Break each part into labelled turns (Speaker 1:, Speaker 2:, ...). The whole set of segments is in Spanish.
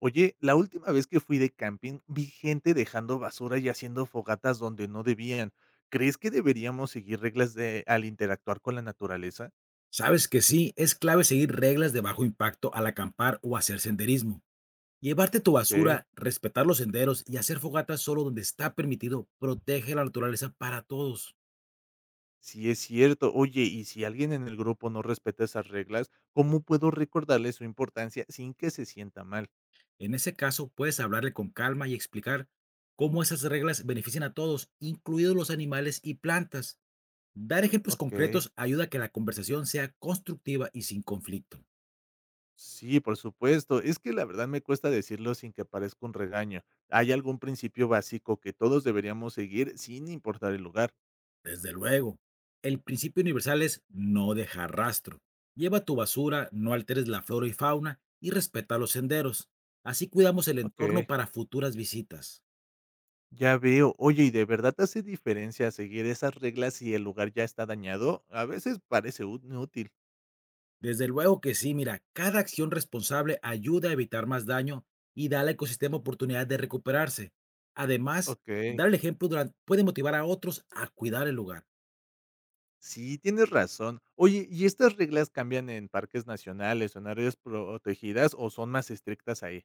Speaker 1: Oye, la última vez que fui de camping vi gente dejando basura y haciendo fogatas donde no debían. ¿Crees que deberíamos seguir reglas de al interactuar con la naturaleza?
Speaker 2: Sabes que sí, es clave seguir reglas de bajo impacto al acampar o hacer senderismo. Llevarte tu
Speaker 1: Ok,
Speaker 2: basura, respetar los senderos y hacer fogatas solo donde está permitido protege la naturaleza para todos.
Speaker 1: sí es cierto. Oye, y si alguien en el grupo no respeta esas reglas, ¿cómo puedo recordarle su importancia sin que se sienta mal?
Speaker 2: En ese caso, puedes hablarle con calma y explicar cómo esas reglas benefician a todos, incluidos los animales y plantas. Dar ejemplos
Speaker 1: Ok,
Speaker 2: concretos ayuda a que la conversación sea constructiva y sin conflicto.
Speaker 1: sí, por supuesto. Es que la verdad me cuesta decirlo sin que parezca un regaño. ¿Hay algún principio básico que todos deberíamos seguir sin importar el lugar?
Speaker 2: Desde luego. El principio universal es no dejar rastro. Lleva tu basura, no alteres la flora y fauna y respeta los senderos. Así cuidamos el entorno
Speaker 1: Ok.
Speaker 2: para futuras visitas.
Speaker 1: Ya veo. Oye, ¿y de verdad hace diferencia seguir esas reglas si el lugar ya está dañado? A veces parece inútil.
Speaker 2: Desde luego que sí, mira, cada acción responsable ayuda a evitar más daño y da al ecosistema oportunidad de recuperarse. Además,
Speaker 1: Ok.
Speaker 2: dar el ejemplo puede motivar a otros a cuidar el lugar.
Speaker 1: Sí, tienes razón. Oye, ¿y estas reglas cambian en parques nacionales o en áreas protegidas o son más estrictas ahí?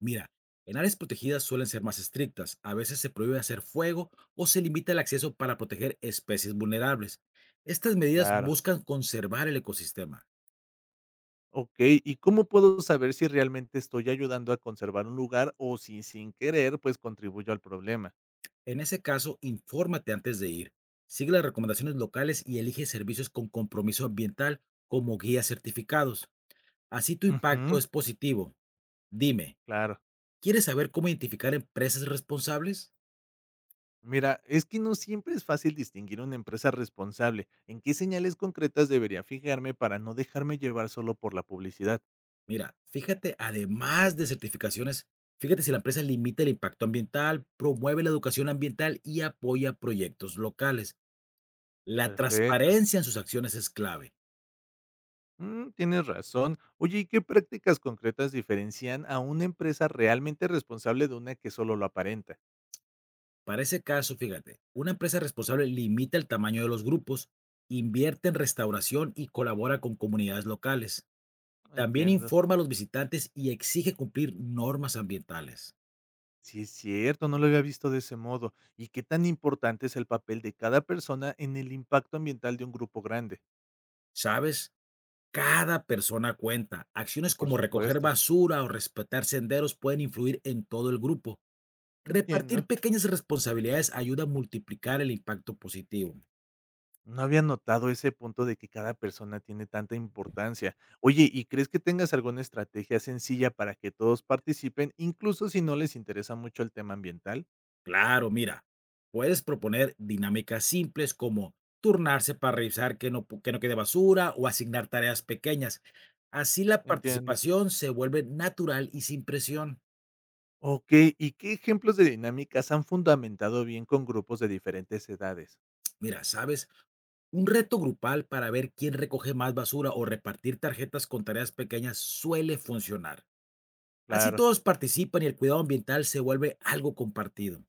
Speaker 2: Mira, en áreas protegidas suelen ser más estrictas. A veces se prohíbe hacer fuego o se limita el acceso para proteger especies vulnerables. Estas medidas
Speaker 1: Claro.
Speaker 2: buscan conservar el ecosistema.
Speaker 1: Ok, ¿y cómo puedo saber si realmente estoy ayudando a conservar un lugar o si sin querer pues contribuyo al problema?
Speaker 2: En ese caso, infórmate antes de ir. Sigue las recomendaciones locales y elige servicios con compromiso ambiental como guías certificados. Así tu impacto
Speaker 1: Ujú,
Speaker 2: es positivo. Dime,
Speaker 1: claro.
Speaker 2: ¿quieres saber cómo identificar empresas responsables?
Speaker 1: Mira, es que no siempre es fácil distinguir una empresa responsable. ¿En qué señales concretas debería fijarme para no dejarme llevar solo por la publicidad?
Speaker 2: Mira, fíjate, además de certificaciones, fíjate si la empresa limita el impacto ambiental, promueve la educación ambiental y apoya proyectos locales. La
Speaker 1: Perfecto.
Speaker 2: transparencia en sus acciones es clave.
Speaker 1: Mm, tienes razón. Oye, ¿y qué prácticas concretas diferencian a una empresa realmente responsable de una que solo lo aparenta?
Speaker 2: Para ese caso, fíjate, una empresa responsable limita el tamaño de los grupos, invierte en restauración y colabora con comunidades locales. También
Speaker 1: Entiendo.
Speaker 2: informa a los visitantes y exige cumplir normas ambientales.
Speaker 1: Sí, es cierto, no lo había visto de ese modo. ¿Y qué tan importante es el papel de cada persona en el impacto ambiental de un grupo grande?
Speaker 2: ¿Sabes? Cada persona cuenta. Acciones
Speaker 1: Por
Speaker 2: como recoger
Speaker 1: supuesto.
Speaker 2: basura o respetar senderos pueden influir en todo el grupo. Repartir
Speaker 1: Entiendo.
Speaker 2: pequeñas responsabilidades ayuda a multiplicar el impacto positivo.
Speaker 1: No había notado ese punto de que cada persona tiene tanta importancia. Oye, ¿y crees que tengas alguna estrategia sencilla para que todos participen, incluso si no les interesa mucho el tema ambiental?
Speaker 2: Claro, mira, puedes proponer dinámicas simples como turnarse para revisar que no quede basura o asignar tareas pequeñas. Así la
Speaker 1: Entiendo.
Speaker 2: participación se vuelve natural y sin presión.
Speaker 1: Ok, ¿y qué ejemplos de dinámicas han fundamentado bien con grupos de diferentes edades?
Speaker 2: Mira, ¿sabes? Un reto grupal para ver quién recoge más basura o repartir tarjetas con tareas pequeñas suele funcionar. Así
Speaker 1: Claro.
Speaker 2: todos participan y el cuidado ambiental se vuelve algo compartido.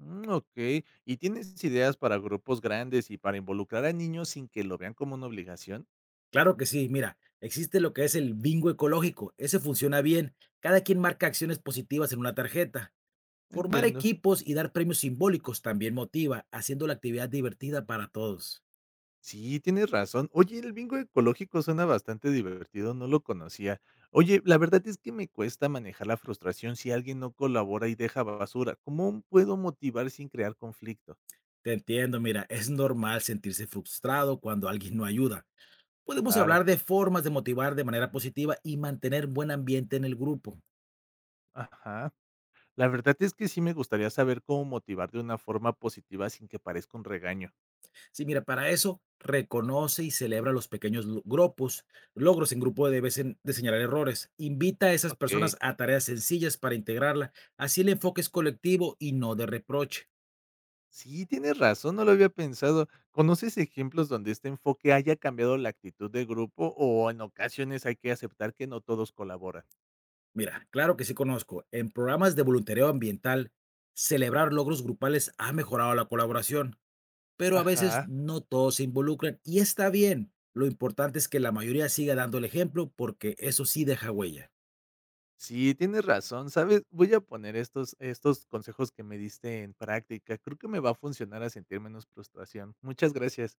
Speaker 1: Mm, ok, ¿y tienes ideas para grupos grandes y para involucrar a niños sin que lo vean como una obligación?
Speaker 2: Claro que sí, mira, existe lo que es el bingo ecológico. Ese funciona bien. Cada quien marca acciones positivas en una tarjeta. Formar
Speaker 1: Entiendo.
Speaker 2: equipos y dar premios simbólicos también motiva, haciendo la actividad divertida para todos.
Speaker 1: Sí, tienes razón. Oye, el bingo ecológico suena bastante divertido, no lo conocía. Oye, la verdad es que me cuesta manejar la frustración si alguien no colabora y deja basura. ¿Cómo puedo motivar sin crear conflicto?
Speaker 2: Te entiendo, mira, es normal sentirse frustrado cuando alguien no ayuda. Podemos
Speaker 1: Claro,
Speaker 2: hablar de formas de motivar de manera positiva y mantener buen ambiente en el grupo.
Speaker 1: ajá. La verdad es que sí me gustaría saber cómo motivar de una forma positiva sin que parezca un regaño.
Speaker 2: Sí, mira, para eso reconoce y celebra los grupos, logros en grupo de señalar errores. Invita a esas
Speaker 1: Ok.
Speaker 2: personas a tareas sencillas para integrarla. Así el enfoque es colectivo y no de reproche.
Speaker 1: Sí, tienes razón, no lo había pensado. ¿Conoces ejemplos donde este enfoque haya cambiado la actitud del grupo o en ocasiones hay que aceptar que no todos colaboran?
Speaker 2: Mira, claro que sí conozco. En programas de voluntariado ambiental, celebrar logros grupales ha mejorado la colaboración. Pero a veces
Speaker 1: Ajá.
Speaker 2: no todos se involucran y está bien. Lo importante es que la mayoría siga dando el ejemplo porque eso sí deja huella.
Speaker 1: Sí, tienes razón, ¿sabes? Voy a poner estos consejos que me diste en práctica. Creo que me va a funcionar a sentir menos frustración. Muchas gracias.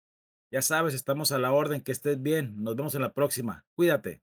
Speaker 2: Ya sabes, estamos a la orden, que estés bien. Nos vemos en la próxima. Cuídate.